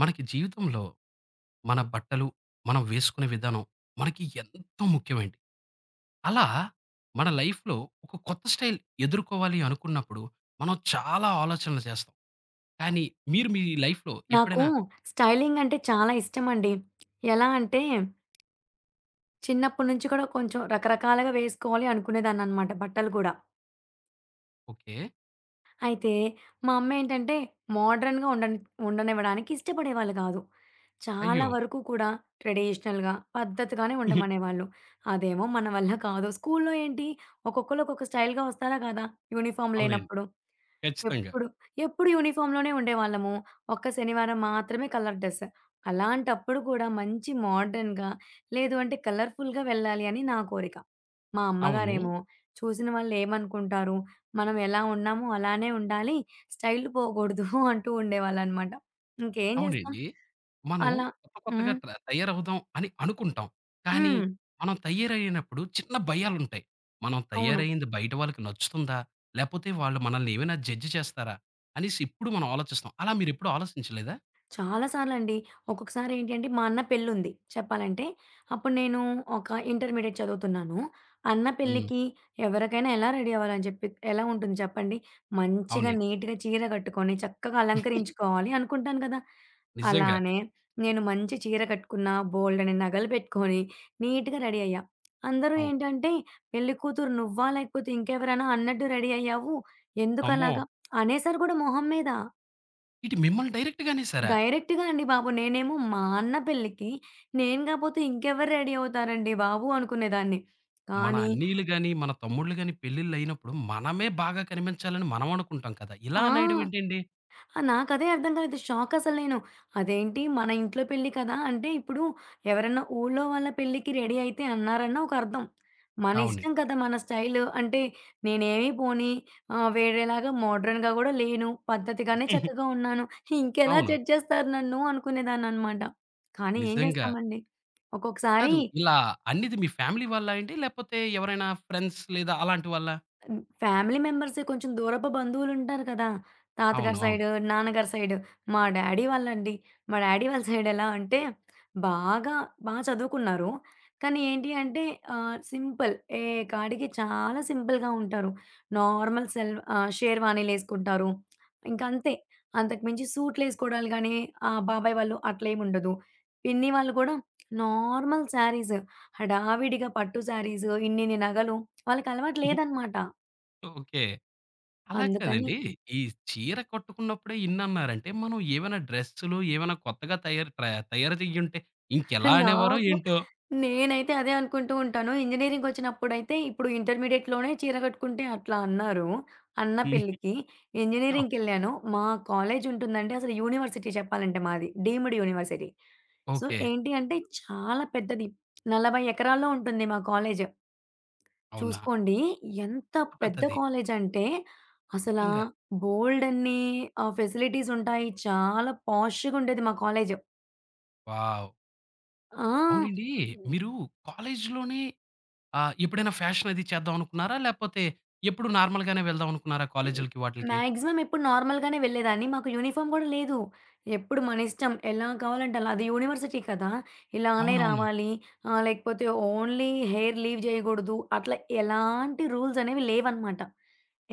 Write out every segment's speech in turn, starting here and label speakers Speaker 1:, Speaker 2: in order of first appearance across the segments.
Speaker 1: మనకి జీవితంలో మన బట్టలు, మనం వేసుకునే విధానం మనకి ఎంతో ముఖ్యమండి. అలా మన లైఫ్‌లో ఒక కొత్త స్టైల్ ఎదుర్కోవాలి అనుకున్నప్పుడు మనం చాలా ఆలోచనలు చేస్తాం. కానీ మీరు మీ లైఫ్‌లో
Speaker 2: నాకు
Speaker 1: ఎప్పుడైనా
Speaker 2: స్టైలింగ్ అంటే చాలా ఇష్టమండి. ఎలా అంటే, చిన్నప్పటి నుంచి కూడా కొంచెం రకరకాలుగా వేసుకోవాలి అనుకునేదాన్ననమాట బట్టలు కూడా.
Speaker 1: ఓకే.
Speaker 2: అయితే మా అమ్మేంటంటే, మోడ్రన్‌గా ఉండనివ్వడానికి ఇష్టపడేవాళ్ళు కాదు. చాలా
Speaker 1: అయ్యో!
Speaker 2: వరకు కూడా ట్రెడిషనల్‌గా, పద్ధతిగానే ఉండమనేవాళ్ళు. అదేమో మన వల్ల కాదు. స్కూల్లో ఏంటి ఒక్కొక్కళ్ళు ఒక్కొక్క స్టైల్‌గా వస్తారా కదా! యూనిఫార్మ్
Speaker 1: అవునండి.
Speaker 2: లేనప్పుడు.
Speaker 1: ఖచ్చితంగా.
Speaker 2: ఎప్పుడు, ఎప్పుడు యూనిఫామ్‌లోనే ఉండేవాళ్ళము. ఒక్క శనివారం మాత్రమే కలర్ డ్రెస్. అలాంటప్పుడు కూడా మంచి మోడర్న్‌గా లేదు అంటే కలర్‌ఫుల్‌గా వెళ్ళాలి అని నా కోరిక. మా
Speaker 1: అవును.
Speaker 2: అమ్మగారేమో చూసిన వాళ్ళేమనుకుంటారు, మనం ఎలా ఉన్నామో అలానే ఉండాలి, స్టైల్ పోకూడదు అంటూ ఉండేవాళ్ళనమాట. ఇంకేం చేస్తాం?
Speaker 1: అవునండి. మనం
Speaker 2: అలా
Speaker 1: కొత్త కొత్తగా
Speaker 2: హ్మ్.
Speaker 1: తయారవుదాం అని అనుకుంటాం. కానీ
Speaker 2: హ్మ్.
Speaker 1: మనం తయారయ్యేనప్పుడు చిన్న భయాలుంటాయి. మనం
Speaker 2: అవును.
Speaker 1: తయారయింది బయట వాళ్ళకి నచ్చుతుందా? లేపోతే వాళ్ళు మనల్ని ఏమైనా జడ్జ్ చేస్తారా? అనేసి ఇప్పుడు మనం ఆలోచిస్తాం. అలా మీరెప్పుడు ఆలోచించలేదా?
Speaker 2: చాలా సార్లండి. ఒక్కొక్కసారి ఏంటి అంటే, మా అన్న పెళ్లుంది చెప్పాలంటే. అప్పుడు నేను ఒక ఇంటర్మీడియేట్ చదువుతున్నాను. అన్న
Speaker 1: హ్మ్.
Speaker 2: పెళ్ళికి ఎవరికైనా ఎలా రెడీ అవ్వాలని చెప్పి ఎలా ఉంటుంది చెప్పండి? మంచిగా
Speaker 1: అవునండి.
Speaker 2: నీట్‌గా చీర కట్టుకొని, చక్కగా అలంకరించుకోవాలి అనుకుంటాను కదా!
Speaker 1: నిజంగా.
Speaker 2: అలానే నేను మంచి చీర కట్టుకున్నా, బోలెడన్ని నగలు పెట్టుకొని, నీట్‌గా రెడీ అయ్యా. అందరూ
Speaker 1: అవును.
Speaker 2: ఏంటంటే, "పెళ్ళికూతురు నువ్వా? లేకపోతే ఇంకెవరైనా అన్నట్టు రెడీ అయ్యావు.
Speaker 1: అమ్మో!
Speaker 2: ఎందుకలాగా?" అనేసారు కూడా మొహం మీద.
Speaker 1: ఇటు మిమ్మల్ని డైరెక్ట్‌గా అనేసారా?
Speaker 2: డైరెక్ట్‌గా అండి బాబు. నేనేమో మా అన్న పెళ్ళికి నేను గాపోతే ఇంకెవరు రెడీ అవుతారండి బాబు అనుకునేదాన్ని.
Speaker 1: మన
Speaker 2: కానీ
Speaker 1: అన్నీలు గాని, మన తమ్ముళ్ళు గాని పెళ్ళిళ్ళయినప్పుడు మనమే బాగా కనిపించాలని మనం అనుకుంటాం కదా! ఇలా
Speaker 2: ఆ!
Speaker 1: అనేయడం ఏంటండి?
Speaker 2: నాకదే అర్థం కాలేదు. షాక్ అసలు నేను. అదేంటి మన ఇంట్లో పెళ్లి కదా! అంటే ఇప్పుడు ఎవరన్నా ఊర్లో వాళ్ళ పెళ్ళికి రెడీ అయితే అన్నారన్న ఒక అర్థం. మన
Speaker 1: అవునండి.
Speaker 2: ఇష్టం కదా! మన స్టైల్ అంటే నేనేమి పోనీ వేరేలాగా మోడర్న్‌గా గూడా లేను. పద్ధతిగానే చక్కగా ఉన్నాను. ఇంకెలా
Speaker 1: అవును.
Speaker 2: జడ్జ్ చేస్తారు నన్ను అనుకునేదాన్ననమాట. కానీ ఏం
Speaker 1: నిజంగా.
Speaker 2: చేస్తామండి. ఒక్కొక్కసారి
Speaker 1: కాదు. ఇలా అన్నిది మీ ఫ్యామిలీ వాళ్ళా అండి? లేపోతే ఎవరైనా ఫ్రెండ్స్ లేదా అలాంటి వాళ్ళా?
Speaker 2: హ్మ్. ఫ్యామిలీ మెంబర్సే కొంచెం దూరపు బంధువులుంటారు కదా! తాతగారి
Speaker 1: అవును. అవును.
Speaker 2: సైడు, నాన్నగారి సైడు. మా డ్యాడీ వాళ్ళండి. మా డ్యాడీ వాళ్ళ సైడ్ ఎలా అంటే బాగా చదువుకున్నారు. కానీ ఏంటి అంటే సింపుల్ ఏ కాడికి చాలా సింపుల్‌గా ఉంటారు. నార్మల్ సెల్ షేర్వానీలేసుకుంటారు. ఇంకంతే. అంతకుమించి సూట్‌లేసుకోవడాలు గానీ, ఆ బాబాయ్ వాళ్ళు అట్లేముండదు. పిన్ని వాళ్ళు కూడా నార్మల్ శారీస్ హడావిడిగా పట్టు శారీస్, ఇన్నిన్ని నగలు వాళ్ళకలవాటు లేదనమాట.
Speaker 1: ఓకే. అలా
Speaker 2: అందుకని
Speaker 1: కాదండి. ఈ చీర కట్టుకున్నప్పుడే ఇన్నన్నారంటే, మనం ఏవైనా డ్రెస్సులు ఏవైనా కొత్తగా తయారు చెయ్యుంటే ఇంకెలా అనేవారో
Speaker 2: నాకు
Speaker 1: ఏంటో?
Speaker 2: నేనైతే అదే అనుకుంటూ ఉంటాను. ఇంజినీరింగ్‌కొచ్చినప్పుడైతే ఇప్పుడు ఇంటర్మీడియేట్‌లోనే చీర కట్టుకుంటే అట్లా అన్నారు. అన్న పెళ్ళికి
Speaker 1: అవ్
Speaker 2: ఇంజినీరింగ్‌కెళ్ళాను. మా కాలేజ్ ఉంటుందండి అసలు యూనివర్సిటీ చెప్పాలంటే మాది. Deemed university. So,
Speaker 1: okay.
Speaker 2: ఏంటి అంటే చాలా పెద్దది. 40 ఎకరాల్లో ఉంటుంది మా కాలేజ్.
Speaker 1: అవునా!
Speaker 2: చూసుకోండి ఎంత పెద్ద
Speaker 1: పెద్దది.
Speaker 2: కాలేజ్ అంటే అసలా
Speaker 1: నిజంగా.
Speaker 2: బోలెడన్ని ఫెసిలిటీస్ ఉంటాయి. చాలా పాష్‌గా ఉండేది మా కాలేజ్.
Speaker 1: వావ్!
Speaker 2: ఆ!
Speaker 1: అవునండి. మీరు కాలేజీలోనే ఎప్పుడైనా ఫ్యాషన్ అది చేద్దాం అనుకున్నారా? లేపోతే ఎప్పుడు నార్మల్‌గానే వెళ్దాం అనుకున్నారా కాలేజీలకి వాటిలకి?
Speaker 2: మాక్సిమం ఎప్పుడు నార్మల్‌గానే వెళ్ళేదాన్ని. మాకు యూనిఫార్మ్ గూడా లేదు. ఎప్పుడు మన ఇష్టం. ఎలా కావాలంటే అలా. అది యూనివర్సిటీ కదా! ఇలానే
Speaker 1: అవునవును.
Speaker 2: రావాలి. లేకపోతే ఓన్లీ హెయిర్ లీవ్ జేయగూడదు. అట్లా ఎలాంటి రూల్స్ అనేవి లేవనమాట.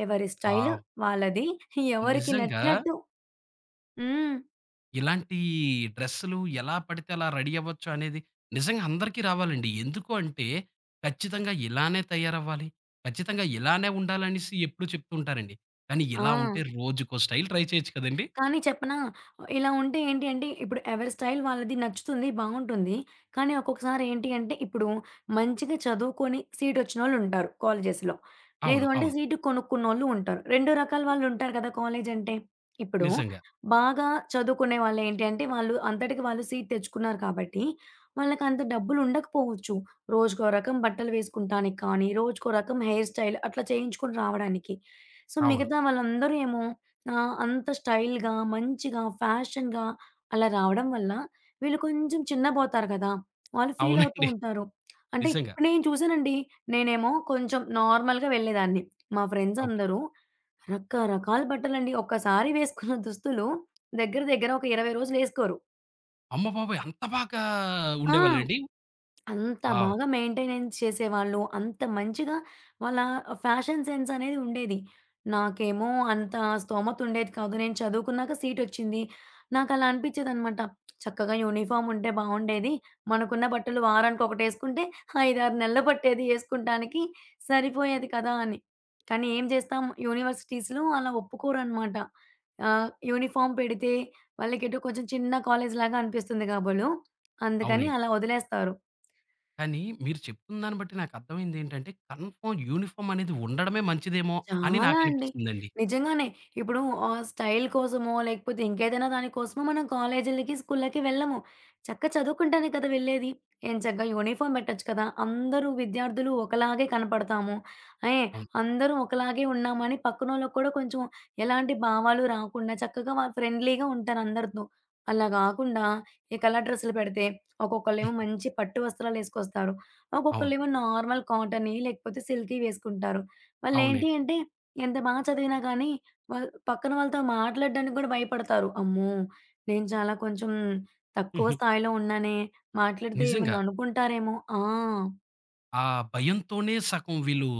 Speaker 2: ఎవరి స్టైల్
Speaker 1: వావ్!
Speaker 2: వాళ్ళది. ఎవరికి
Speaker 1: నిజంగా
Speaker 2: నచ్చినట్టు హ్మ్.
Speaker 1: ఇలాంటి డ్రెస్సులు ఎలా పడితే అలా రెడీ అవ్వచ్చు అనేది నిజంగా అందరికీ రావాలండి. ఎందుకు అంటే ఖచ్చితంగా ఇలానే తయారవ్వాలి. ఖచ్చితంగా ఇలానే ఉండాలనేసి ఎప్పుడూ చెప్తూ ఉంటారండి. కానీ
Speaker 2: ఆ!
Speaker 1: ఇలా ఉంటే రోజుకో స్టైల్ ట్రై చేయొచ్చు కదండీ!
Speaker 2: కానీ చెప్పనా? ఇలా ఉంటే ఏంటి అంటే, ఇప్పుడు ఎవరి స్టైల్ వాళ్ళది నచ్చుతుంది, బావుంటుంది. కానీ ఒక్కొక్కసారి ఏంటి అంటే, ఇప్పుడు మంచిగా చదువుకొని సీటొచ్చినోళ్ళుంటారు కాలేజెస్‌లో. లేదు
Speaker 1: అవును.
Speaker 2: అంటే
Speaker 1: అవును.
Speaker 2: సీటు కొనుక్కున్నోళ్ళు ఉంటారు. 2 రకాల వాళ్ళుంటారు కదా! కాలేజ్ అంటే. ఇప్పుడు
Speaker 1: నిజంగా.
Speaker 2: బాగా చదువుకునే వాళ్ళేంటి అంటే, వాళ్ళు అంతటికి వాళ్ళు సీట్ తెచ్చుకున్నారు కాబట్టి, వాళ్ళకంత డబ్బులుండకపోవచ్చు. రోజుకో రకం బట్టలు వేసుకుంటానికి కానీ, రోజుకో రకం హెయిర్ స్టైల్ అట్లా చేయించుకొని రావడానికి. సో,
Speaker 1: అవును.
Speaker 2: మిగతా వాళ్ళందరూ ఏమో ఆ! అంత స్టైల్‌గా, మంచిగా, ఫ్యాషన్‌గా అలా రావడం వల్ల వీళ్ళు కొంచెం చిన్నబోతారు కదా! వాళ్ళు ఫీల్ అవుతూ
Speaker 1: అవునండి.
Speaker 2: ఉంటారు. అంటే
Speaker 1: నిజంగా.
Speaker 2: ఇప్పుడు నేను చూసానండి. నేనేమో కొంచెం నార్మల్‌గా వెళ్ళేదాన్ని. మా ఫ్రెండ్స్
Speaker 1: ఓకే.
Speaker 2: అందరూ రకరకాల బట్టలండి. ఒక్కసారి వేసుకున్న దుస్తులు దగ్గర దగ్గర ఒక 20 రోజులేసుకోరు.
Speaker 1: అమ్మబాబోయ్! అంత బాగా
Speaker 2: ఆ!
Speaker 1: ఉండేవాళ్ళండి?
Speaker 2: అంత
Speaker 1: వావ్!
Speaker 2: బాగా మెయింటెనెన్స్ చేసేవాళ్ళు. అంత మంచిగా వాళ్ళ ఫ్యాషన్ సెన్స్ అనేది ఉండేది. నాకేమో అంత స్తోమత ఉండేది కాదు. నేను చదువుకున్నాక సీటొచ్చింది. నాకలా అనిపిచ్చేదనమాట. చక్కగా యూనిఫార్మ్ ఉంటే బావుండేది. మనకున్న బట్టలు వారానికొకటేసుకుంటే 5, 6 నెలల పట్టేది ఏసుకుంటానికి. సరిపోయేది కదా! అని. కానీ ఏం జేస్తాం యూనివర్సిటీస్‌లో అలా ఒప్పుకోరనమాట. యూనిఫార్మ్ పెడితే వాళ్ళకేటో కొంచెం చిన్న కాలేజ్‌లాగా అనిపిస్తుంది కాబోలు. అందుకని
Speaker 1: అవునండి.
Speaker 2: అలా వదిలేస్తారు.
Speaker 1: కానీ మీరు చెప్తున్న దాన్ని బట్టి నాకర్థమైందేంటంటే కన్ఫర్మ్ యూనిఫార్మ్ అనేది ఉండడమే మంచిదేమో అని
Speaker 2: చాలా అండి.
Speaker 1: నాకనిపిస్తుందండి.
Speaker 2: నిజంగానే. ఇప్పుడు స్టైల్ కోసమో, లేకపోతే ఇంకేదైనా దాని కోసమో మనం కాలేజీలకి, స్కూళ్ళకి వెళ్ళము. చక్కగా చదువుకుంటానికి కదా వెళ్ళేది. ఎంచక్కా యూనిఫార్మ్ పెట్టొచ్చు కదా! అందరూ విద్యార్థులు ఒకలాగే కనపడతాము. ఏహ్!
Speaker 1: అవును.
Speaker 2: అందరూ ఒకలాగే ఉన్నామని పక్కనోళ్ళకి కూడా కొంచెం ఎలాంటి భావాలు రాకుండా చక్కగా వాళ్ళు ఫ్రెండ్లీగా ఉంటారు అందరితో. అలా గాకుండా ఈ కలర్ డ్రెస్సులు పెడితే ఒక్కొక్కళ్ళేమో మంచి పట్టు వస్త్రాలేసుకొస్తారు.
Speaker 1: అవును.
Speaker 2: ఒక్కొక్కళ్ళేమో నార్మల్ కాటనీ లేకపోతే సిల్కీ వేసుకుంటారు. వాళ్ళేంటి
Speaker 1: అవునండి.
Speaker 2: అంటే ఎంత బా చదివినా కానీ, వాళ్ పక్కన వాళ్ళతో మాట్లాడడానికి కూడా భయపడతారు. అమ్మో! నేను చాలా కొంచెం తక్కువ స్థాయిలో ఉన్నానే, మాట్లాడితే ఏమన్నా
Speaker 1: నిజంగా.
Speaker 2: అనుకుంటారేమో ఆ!
Speaker 1: ఆ భయంతోనే సగం వీళ్ళు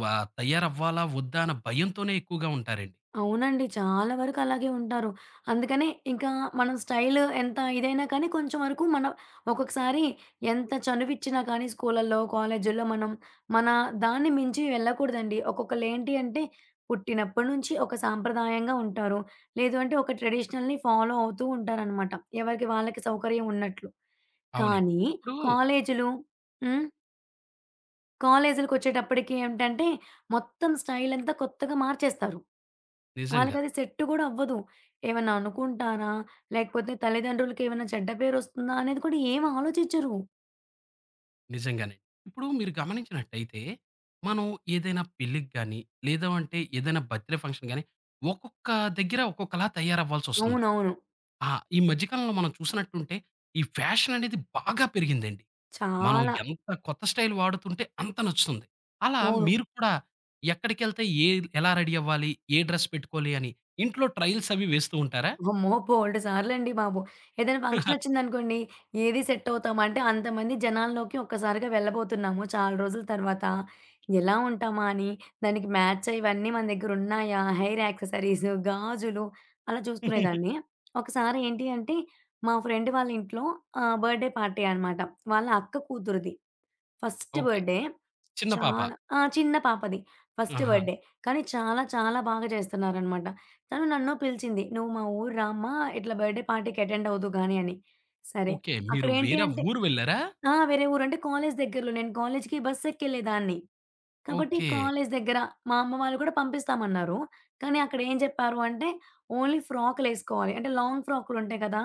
Speaker 1: వ తయారవ్వాలా? వద్దా? అన్న భయంతోనే ఎక్కువగా ఉంటారండి.
Speaker 2: అవునండి. చాలా వరకు అలాగే ఉంటారు. అందుకనే ఇంకా మనం స్టైల్ ఎంత ఇదైనా కానీ కొంచెం వరకు మన ఒక్కొక్కసారి ఎంత చనువిచ్చినా కానీ స్కూలల్లో, కాలేజీల్లో మనం మన దాన్ని మించి వెళ్ళకూడదండి. ఒక్కొక్కళ్ళేంటి అంటే పుట్టినప్పటి నుంచి ఒక సాంప్రదాయంగా ఉంటారు. లేదు అంటే ఒక ట్రెడిషనల్‌ని ఫాలో అవుతూ ఉంటారనమాట. ఎవరికి వాళ్ళకి సౌకర్యం ఉన్నట్లు.
Speaker 1: అవునండి.
Speaker 2: కానీ
Speaker 1: ఇప్పుడు
Speaker 2: కాలేజీలు హ్మ్. కాలేజీలకొచ్చేటప్పటికి ఏంటంటే మొత్తం స్టైల్ అంతా కొత్తగా మార్చేస్తారు.
Speaker 1: నిజంగా.
Speaker 2: వాళ్ళకది సెట్ గూడా అవ్వదు. ఏమన్నా అనుకుంటారా? లేకపోతే తల్లిదండ్రులకేమైనా చెడ్డ పేరొస్తుందా అనేది కూడా ఏమి ఆలోచించరు.
Speaker 1: నిజంగానే. ఇప్పుడు మీరు గమనించినట్టయితే, మనం ఏదైనా పెళ్ళికి గాని, లేదు అంటే ఏదైనా బర్త్‌డే ఫంక్షన్ గాని, ఒక్కొక్క దగ్గర ఒక్కొక్కలా తయారవ్వాల్సొస్తుంది.
Speaker 2: అవునవును.
Speaker 1: ఆ! ఈ మధ్య కాలంలో మనం చూసినట్టుంటే, ఈ ఫ్యాషన్ అనేది బాగా పెరిగిందండి. మనం
Speaker 2: చాలా.
Speaker 1: ఎంత కొత్త స్టైల్ వాడుతుంటే అంత నచ్చుతుంది. అలా
Speaker 2: అవును.
Speaker 1: మీరు కూడా ఎక్కడికెళ్తే ఎలా రెడీ అవ్వాలి? ఏ డ్రెస్ పెట్టుకోవాలి అని ఇంట్లో ట్రయల్స్ అవి వేస్తూ ఉంటారా?
Speaker 2: అమ్మో! బోలెడు సార్లండి బాబు. ఏదైనా ఫంక్షనొచ్చిందనుకోండి, ఏది సెట్ అవుతామా అంటే, అంతమంది జనాల్లోకి ఒక్కసారిగా వెళ్ళబోతున్నాము చాలా రోజుల తర్వాత. ఎలా ఉంటామా అని, దానికి మ్యాచ్ అయ్యేవన్నీ మన దగ్గరున్నాయా, హెయిర్ యాక్సెసరీస్, గాజులు అలా చూసుకునేదాన్ని. ఒకసారి ఏంటి అంటే, మా ఫ్రెండ్ వాళ్ళ ఇంట్లో బర్త్‌డే పార్టీ అనమాట. వాళ్ళ అక్క కూతురిది ఫస్ట్
Speaker 1: ఓకే.
Speaker 2: బర్త్‌డే.
Speaker 1: చిన్న పాప.
Speaker 2: చాలా ఆ! చిన్న పాపది. ఫస్ట్
Speaker 1: ఆహా!
Speaker 2: బర్త్‌డే. కానీ చాలా చాలా బాగా చేస్తున్నారనమాట. తను నన్ను పిలిచింది. "నువ్వు మా ఊరు రామ్మా! ఇట్లా బర్త్‌డే పార్టీకి అటెండ్ అవుదువు గాని" అని. సరే.
Speaker 1: ఓకే. మీరు
Speaker 2: అక్కడేంటి
Speaker 1: వేరే
Speaker 2: అంటే
Speaker 1: ఊరు వెళ్లారా?
Speaker 2: ఆ! వేరే ఊరు. అంటే కాలేజీ దగ్గరలో. నేను కాలేజీకి బస్సు ఎక్కెళ్ళేదాన్ని. కాబట్టి
Speaker 1: ఓకే.
Speaker 2: కాలేజీ దగ్గర మా అమ్మ వాళ్ళు కూడా పంపిస్తామన్నారు. కానీ అక్కడ ఏం చెప్పారు అంటే, ఓన్లీ ఫ్రాకులేసుకోవాలి. అంటే లాంగ్ ఫ్రాకులుంటాయి కదా!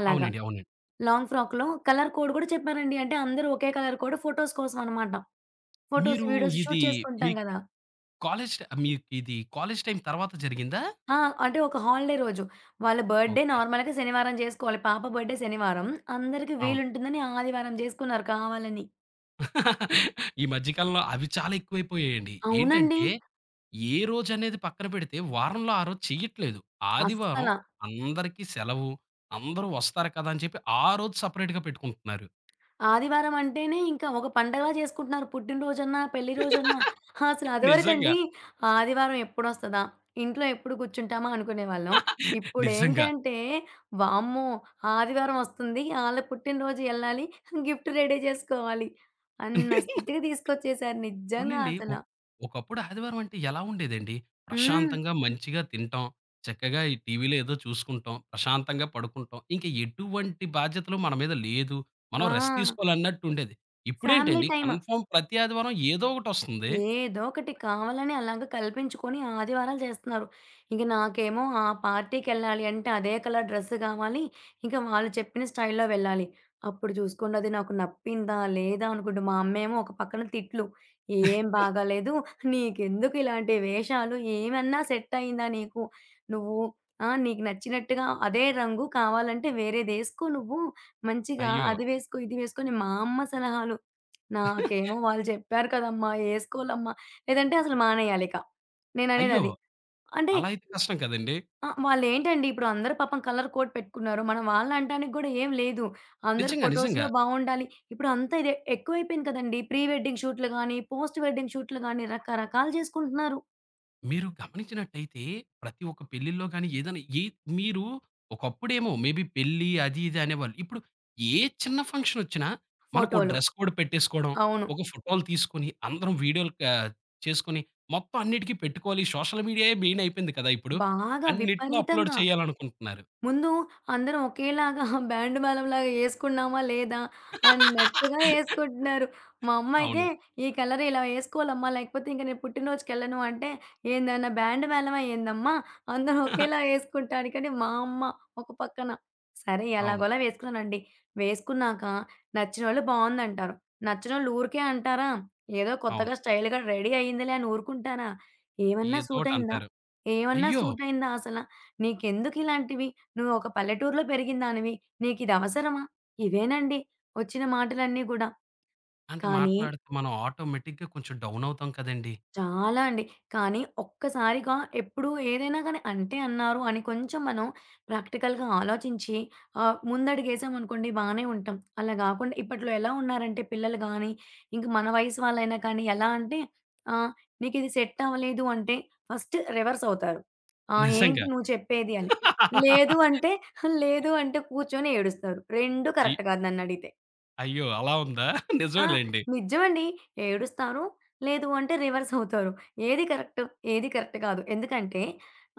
Speaker 2: అలాగా.
Speaker 1: అవునండి. అవునండి.
Speaker 2: లాంగ్ ఫ్రాక్‌లో కలర్ కోడ్ కూడా చెప్పారండి. అంటే అందరూ ఒకే కలర్ కోడ్ ఫోటోస్ కోసం అనమాట. ఫోటోస్,
Speaker 1: మీరు
Speaker 2: వీడియోస్
Speaker 1: ఇది
Speaker 2: షూట్ చేసుకుంటాం
Speaker 1: మీ
Speaker 2: గదా!
Speaker 1: కాలేజ్ ట మీకిది కాలేజ్ టైమ్ తర్వాత జరిగిందా?
Speaker 2: ఆ! అంటే ఒక హాలిడే రోజు. వాళ్ళ బర్త్‌డే
Speaker 1: ఓకే.
Speaker 2: నార్మల్‌గా శనివారం చేసుకోవాలి. పాప బర్త్‌డే శనివారం. అందరికి
Speaker 1: అవును.
Speaker 2: వీలుంటుందని ఆదివారం జేసుకున్నారు కావాలని.
Speaker 1: ఈ మధ్య కాలంలో అవి చాలా ఎక్కువైపోయాయండి.
Speaker 2: అవునండి.
Speaker 1: ఏంటంటే ఏ రోజనేది పక్కన పెడితే వారంలో ఆ రోజు చెయ్యట్లేదు.
Speaker 2: అస్సల.
Speaker 1: ఆదివారం అందరికీ సెలవు. అందరూ వస్తారు కదా! అని చెప్పి ఆ రోజు సెపరేట్‌గా పెట్టుకుంటున్నారు.
Speaker 2: ఆదివారం అంటేనే ఇంకా ఒక పండగలా చేసుకుంటున్నారు. పుట్టినరోజన్నా, పెళ్లి రోజన్నా. అసలు
Speaker 1: నిజంగా.
Speaker 2: అదివరకండి ఆదివారం ఎప్పుడొస్తదా? ఇంట్లో ఎప్పుడు కూర్చుంటామా అనుకునేవాళ్ళం.
Speaker 1: నిజంగా.
Speaker 2: ఇప్పుడేంటంటే వామ్మో! ఆదివారం వస్తుంది. ఆళ్ళ పుట్టినరోజు ఎళ్ళాలి. గిఫ్ట్ రెడీ చేసుకోవాలి అన్న స్థితికి తీసుకొచ్చేసారు నిజంగా
Speaker 1: అవునండి.
Speaker 2: అసల.
Speaker 1: ఒకప్పుడు ఆదివారం అంటే ఎలా ఉండేదండి?
Speaker 2: హ్మ్.
Speaker 1: ప్రశాంతంగా మంచిగా తింటాం. చక్కగా ఈ టీవీలో ఏదో చూసుకుంటాం. ప్రశాంతంగా పడుకుంటాం. ఇంక ఎటువంటి బాధ్యతలు మన మీద లేదు. మనం
Speaker 2: ఆ!
Speaker 1: రెస్ట్ తీసుకోవాలన్నట్టుండేది.
Speaker 2: ఫ్యామిలీ
Speaker 1: ఇప్పుడేంటండి
Speaker 2: టైమ్.
Speaker 1: కన్ఫర్మ్ ప్రతి ఆదివారం ఏదో ఒకటొస్తుంది.
Speaker 2: ఏదో ఒకటి కావాలని అలాగా కల్పించుకొని ఆదివారాలు చేస్తున్నారు. ఇంక నాకేమో ఆ పార్టీకెళ్ళాలి అంటే అదే కలర్ డ్రెస్ కావాలి. ఇంక వాళ్ళు చెప్పిన స్టైల్‌లో వెళ్ళాలి. అప్పుడు చూసుకోండి అది నాకు నప్పిందా? లేదా? అనుకుంటూ మా అమ్మేమో ఒక పక్కన తిట్లు. "ఏం బాగాలేదు. నీకెందుకు ఇలాంటి వేషాలు? ఏమన్నా సెట్ అయిందా నీకు? నువ్వు ఆ! నీకు నచ్చినట్టుగా అదే రంగు కావాలంటే వేరేదేసుకో నువ్వు. మంచిగా
Speaker 1: అయ్యో!
Speaker 2: అది వేసుకో, ఇది వేసుకో" అని మా అమ్మ సలహాలు. నాకేమో వాళ్ళు చెప్పారు కదమ్మా! ఏసుకోవాలమ్మా! లేదంటే అసలు మానేయాలిక.
Speaker 1: అయ్యో!
Speaker 2: నేననేదది. అంటే
Speaker 1: అలా అయితే కష్టం కదండీ.
Speaker 2: వాళ్ళేంటండి ఇప్పుడు అందరూ పాపం కలర్ కోడ్ పెట్టుకున్నారు. మనం వాళ్ళనంటానికి గూడా ఏం లేదు. అందరూ
Speaker 1: నిజంగా,
Speaker 2: ఫోటోస్‌లో
Speaker 1: నిజంగా.
Speaker 2: బావుండాలి. ఇప్పుడు అంతా ఇదే ఎక్కువైపోయింది కదండీ! ప్రీ వెడ్డింగ్ షూట్‌లు గాని, పోస్ట్ వెడ్డింగ్ షూట్‌లు గాని రకరకాలు జేసుకుంటున్నారు
Speaker 1: మీరు గమనించినట్టయితే ప్రతి ఒక్క పెళ్ళిల్లో గాని ఏదైనా మీరు ఒకప్పుడేమో మేబీ పెళ్లి అది ఇది అనేవాళ్ళు. ఇప్పుడు ఏ చిన్న ఫంక్షన్ ఒచ్చినా మనకో
Speaker 2: ఫోటోలు.
Speaker 1: డ్రెస్ కోడ్ పెట్టేసుకోవడం,
Speaker 2: అవును.
Speaker 1: ఒక ఫోటోలు తీసుకొని అందరం వీడియోలు చేసుకొని మొత్తం అన్నిటికి పెట్టుకోవాలి. సోషల్ మీడియాయే మెయిన్ అయిపోయింది కదా! ఇప్పుడు.
Speaker 2: బాగా
Speaker 1: అన్నిట్లో అప్‌లోడ్
Speaker 2: విపరీతంగా.
Speaker 1: చేయాలనుకుంటున్నారు.
Speaker 2: ముందు అందరం ఒకేలాగా బ్యాండ్ మేళంలాగా యేసుకున్నామా లేదా అన్నట్టుగా యేసుకుంటున్నారు. మా అమ్మ అయితే,
Speaker 1: అవును.
Speaker 2: "ఈ కలర్ ఇలా యేసుకోవాలమ్మా లేకపోతే ఇంక నేను పుట్టినరోజుకెళ్ళను" అంటే, "ఏందన్నా బ్యాండ్ మేళమా ఏందమ్మా? అందరం ఒకేలా యేసుకుంటానికని" మా అమ్మ ఒక పక్కన. సరే
Speaker 1: అవును.
Speaker 2: ఎలాగోలా వేసుకున్నానండి. వేసుకున్నాక నచ్చినోళ్ళు బావుందంటారు. నచ్చనోళ్ళు ఊరికే అంటారా? ఏదో
Speaker 1: అవును.
Speaker 2: కొత్తగా స్టైల్‌గా రెడీ అయిందిలే అని ఊరుకుంటారా? ఏమన్నా సూటయిందా?
Speaker 1: ఏదోకటంటారు.
Speaker 2: ఏమన్నా
Speaker 1: అయ్యో!
Speaker 2: సూటయిందా అసల? నీకెందుకిలాంటివి? నువ్వు ఒక పల్లెటూరులో పెరిగిన దానివి. నీకిది అవసరమా? ఇవేనండి వచ్చిన మాటలన్నీ గూడా.
Speaker 1: అంటే
Speaker 2: కానీ
Speaker 1: మాట్లాడితే మనం ఆటోమేటిక్‌గా కొంచెం డౌన్ అవుతాం కదండీ!
Speaker 2: చాలా అండి. కానీ ఒక్కసారిగా ఎప్పుడు ఏదైనా గానీ అంటే అన్నారు అని కొంచెం మనం ప్రాక్టికల్‌గా ఆలోచించి ముందడుగేసామనుకోండి బానే ఉంటాం. అలా గాకుండా ఇప్పట్లో ఎలా ఉన్నారంటే పిల్లలు గానీ, ఇంక మన వయసు వాళ్ళైనా కానీ ఎలా అంటే ఆహ్, "నీకిది సెట్ అవ్వలేదు" అంటే ఫస్ట్ రివర్స్ అవుతారు. "ఆ! ఏంటి
Speaker 1: నిజంగా.
Speaker 2: నువ్వు చెప్పేది" అని. లేదు అంటే, లేదు అంటే కూర్చొని ఏడుస్తారు. 2
Speaker 1: అయ్
Speaker 2: కరెక్ట్ కాదు నన్నడిగితే.
Speaker 1: అయ్యో! అలా ఉందా?
Speaker 2: ఆ!
Speaker 1: నిజమేలెండి.
Speaker 2: నిజమండి. ఏడుస్తారు. లేదు అంటే రివర్స్ అవుతారు. ఏది కరెక్ట్, ఏది కరెక్ట్ కాదు. ఎందుకంటే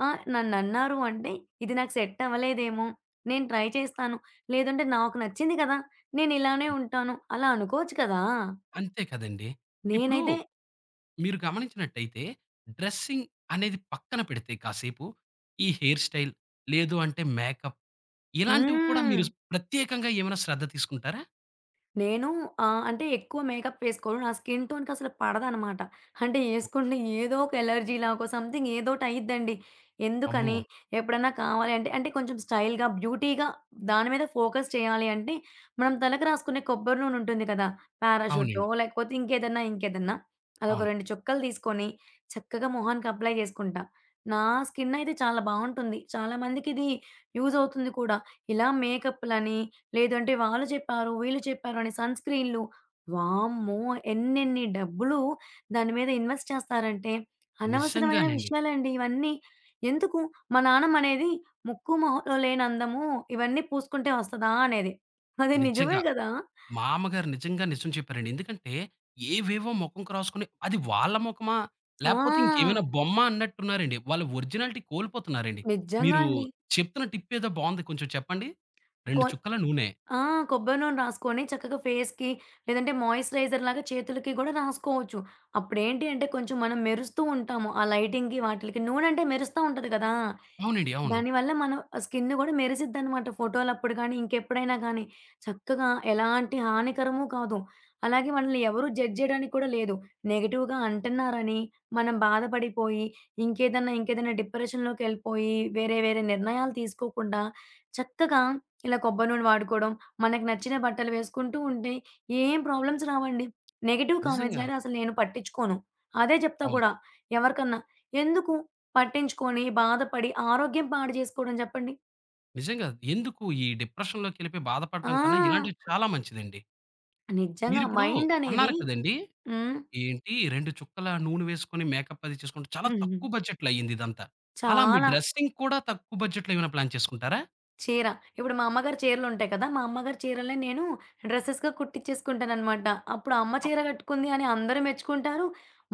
Speaker 2: నన్నన్నారు అంటే ఇది నాకు సెట్ అవ్వలేదేమో! నేను ట్రై చేస్తాను. లేదంటే నాకు నచ్చింది కదా! నేను ఇలానే ఉంటాను. అలా అనుకోవచ్చు కదా!
Speaker 1: అంతే కదండీ! ఇప్పుడు
Speaker 2: నేనైతే
Speaker 1: మీరు గమనించినట్టయితే డ్రెస్సింగ్ అనేది పక్కన పెడితే కాసేపు, ఈ హెయిర్ స్టైల్ లేదు అంటే మేకప్ ఇలాంటివి కూడా
Speaker 2: హ్మ్.
Speaker 1: మీరు ప్రత్యేకంగా ఏమైనా శ్రద్ధ తీసుకుంటారా?
Speaker 2: నేను అంటే ఎక్కువ మేకప్ వేసుకోను. నా స్కిన్ టోన్‌కి అసలు పడదనమాట. అంటే ఏసుకుంటే ఏదో ఒక ఎలర్జీ లాగో సంథింగ్ ఏదోటి అయ్యిద్దండి. ఎందుకని
Speaker 1: అమ్మో!
Speaker 2: ఎప్పుడన్నా కావాలి అంటే, అంటే కొంచెం స్టైల్‌గా, బ్యూటీగా దాని మీద ఫోకస్ చేయాలి అంటే, మనం తలకు రాసుకునే కొబ్బరి నూనె ఉంటుంది కదా! పారాషూటో
Speaker 1: అవునండి.
Speaker 2: లేకపోతే ఇంకేదన్నా అదొక
Speaker 1: అవును.
Speaker 2: 2 చుక్కలు తీసుకొని చక్కగా మొహానికి అప్లై చేసుకుంటా. నా స్కిన్ అయితే చాలా బావుంటుంది. చాలా మందికిది యూజ్ అవుతుంది కూడా. ఇలా మేకప్‌లని లేదంటే వాళ్ళు చెప్పారు, వీళ్ళు చెప్పారు అని సన్ స్క్రీన్‌లు. వామ్మో! ఎన్నెన్ని డబ్బులు దాని మీద ఇన్వెస్ట్ చేస్తారంటే, అనవసరమైన
Speaker 1: నిజంగానండి.
Speaker 2: విషయాలండి ఇవన్నీ. ఎందుకు మా నాన్నమనేది "ముక్కు మొహంలో లేని అందము ఇవన్నీ పూసుకుంటే వస్తదా?" అనేది. అది నిజమే
Speaker 1: నిజంగా.
Speaker 2: గదా!
Speaker 1: మా అమ్మగారు నిజంగా నిజం చెప్పారండి. ఎందుకంటే, ఏవేవో మొఖం రాసుకొని అది వాళ్ళ మొఖమా? లేపోతే
Speaker 2: ఆ!
Speaker 1: ఇంకేమైనా బొమ్మ అన్నట్టున్నారండి. వాళ్ళు ఒరిజినాలిటీ కోల్పోతున్నారండి.
Speaker 2: నిజంగా
Speaker 1: మీరు
Speaker 2: అండి.
Speaker 1: చెప్తున్న టిప్పేదో బావుంది కొంచెం చెప్పండి?
Speaker 2: కొ
Speaker 1: 2 చుక్కల నూనె.
Speaker 2: ఆ! కొబ్బరి నూనె రాసుకొని చక్కగా ఫేస్‌కి లేదంటే మాయిశ్చరైజర్‌లాగా చేతులకి గూడా రాసుకోవచ్చు. అప్పుడేంటి అంటే కొంచెం మనం మెరుస్తూ ఉంటాము. ఆ లైటింగ్‌కి వాటిలకి నూనంటే మెరుస్తా ఉంటది గదా!
Speaker 1: అవునండి. అవును.
Speaker 2: దానివల్ల మన స్కిన్ గూడా మెరిసిద్దనమాట ఫోటోలప్పుడు గానీ, ఇంకెప్పుడైనా గానీ. చక్కగా ఎలాంటి హానికరము కాదు. అలాగే మనల్ని ఎవరు జడ్జ్ జేయడానికి కూడా లేదు. నెగెటివ్‌గా అంటన్నారని మనం బాధపడిపోయి, ఇంకేదన్నా డిప్రెషన్‌లోకెళ్ళిపోయి, వేరే వేరే నిర్ణయాలు తీసుకోకుండా చక్కగా ఇలా కొబ్బరి నూనె వాడుకోవడం, మనకు నచ్చిన బట్టలు వేసుకుంటూ ఉంటే ఏం ప్రాబ్లమ్స్ రావండి. నెగెటివ్
Speaker 1: నిజంగా.
Speaker 2: కామెంట్స్‌నయితే అసలు నేను పట్టించుకోను. అదే జెప్తా
Speaker 1: అవును.
Speaker 2: కూడా ఎవరికన్నా. ఎందుకు? పట్టించుకొని, బాధపడి, ఆరోగ్యం పాడు జేసుకోవడం జెప్పండి.
Speaker 1: నిజంగా ఎందుకు ఈ డిప్రెషన్‌లోకెళ్ళిపోయి బాధపడడం కన్నా
Speaker 2: ఆ!
Speaker 1: ఇలాంటివి చాలా మంచిదండి.
Speaker 2: నిజంగా
Speaker 1: మీరిప్పుడు
Speaker 2: మైండనేది
Speaker 1: అన్నారు కదండీ!
Speaker 2: హ్మ్.
Speaker 1: ఏంటి 2 చుక్కల నూనె వేసుకొని మేకప్ అది చేసుకుంటే చాలా
Speaker 2: హ్మ్.
Speaker 1: తక్కువ బడ్జెట్‌లో అయిందిదంతా. అలా మీ
Speaker 2: చాలా.
Speaker 1: డ్రెస్సింగ్ కూడా తక్కువ బడ్జెట్‌లో ఏమైనా ప్లాన్ చేసుకుంటారా?
Speaker 2: చీర. ఇప్పుడు మా అమ్మగారి చీరలుంటాయి కదా! మా అమ్మగారి చీరలే నేను డ్రెసెస్‌గా కుట్టిచ్చేసుకుంటాననమాట. అప్పుడు అమ్మ చీర గట్టుకుంది అని అందరూ మెచ్చుకుంటారు.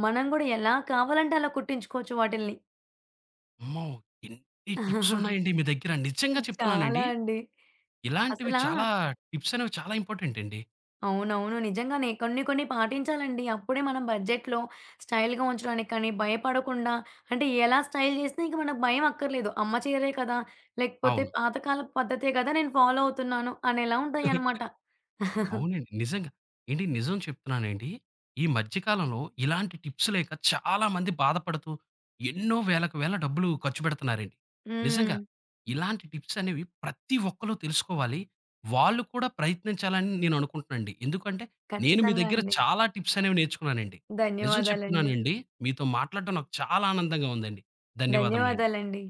Speaker 2: మనం గూడా ఎలా కావాలంటే అలా కుట్టించుకోవచ్చు వాటిల్ని.
Speaker 1: అమ్మో! ఎన్ని టిప్సున్నాయండి మీ దగ్గర. నిజంగా
Speaker 2: చాలా
Speaker 1: చెప్తున్నానండి.
Speaker 2: అండి.
Speaker 1: ఇలాంటివి
Speaker 2: అసలా
Speaker 1: చాలా టిప్సనేవి చాలా ఇంపార్టెంటండి.
Speaker 2: అవునవును. నిజంగానే కొన్ని కొన్ని పాటించాలండి. అప్పుడే మనం బడ్జెట్‌లో స్టైల్‌గా ఉంచడానికి కానీ, భయపడకుండా అంటే ఎలా స్టైల్ చేసినా ఇంక మనకు భయం అక్కర్లేదు. అమ్మ చీరే కదా! లేకపోతే
Speaker 1: అవును.
Speaker 2: పాతకాలపు పద్ధతే కదా! నేను ఫాలో అవుతున్నాను అనేలా ఉంటాయనమాట.
Speaker 1: అవునండి. నిజంగా. ఏండి నిజం చెప్తున్నానండి. ఈ మధ్య కాలంలో ఇలాంటి టిప్స్ లేక చాలా మంది బాధపడుతూ ఎన్నో వేలకు వేల డబ్బులు ఖర్చు పెడుతున్నారండి.
Speaker 2: హ్మ్.
Speaker 1: నిజంగా ఇలాంటి టిప్స్ అనేవి ప్రతి ఒక్కళ్ళు తెలుసుకోవాలి. వాళ్ళు కూడా ప్రయత్నించాలని నేను అనుకుంటున్నానండి. ఎందుకంటే నేను మీ
Speaker 2: ఖచ్చితంగా
Speaker 1: దగ్గర
Speaker 2: అండి.
Speaker 1: చాలా టిప్స్ అనేవి నేర్చుకున్నానండి. నిజం
Speaker 2: ధన్యవాదాలండి.
Speaker 1: చెప్తున్నానండి. మీతో మాట్లాడడం నాకు చాలా ఆనందంగా ఉందండి. ధన్యవాదములండి.
Speaker 2: ధన్యవాదాలండి.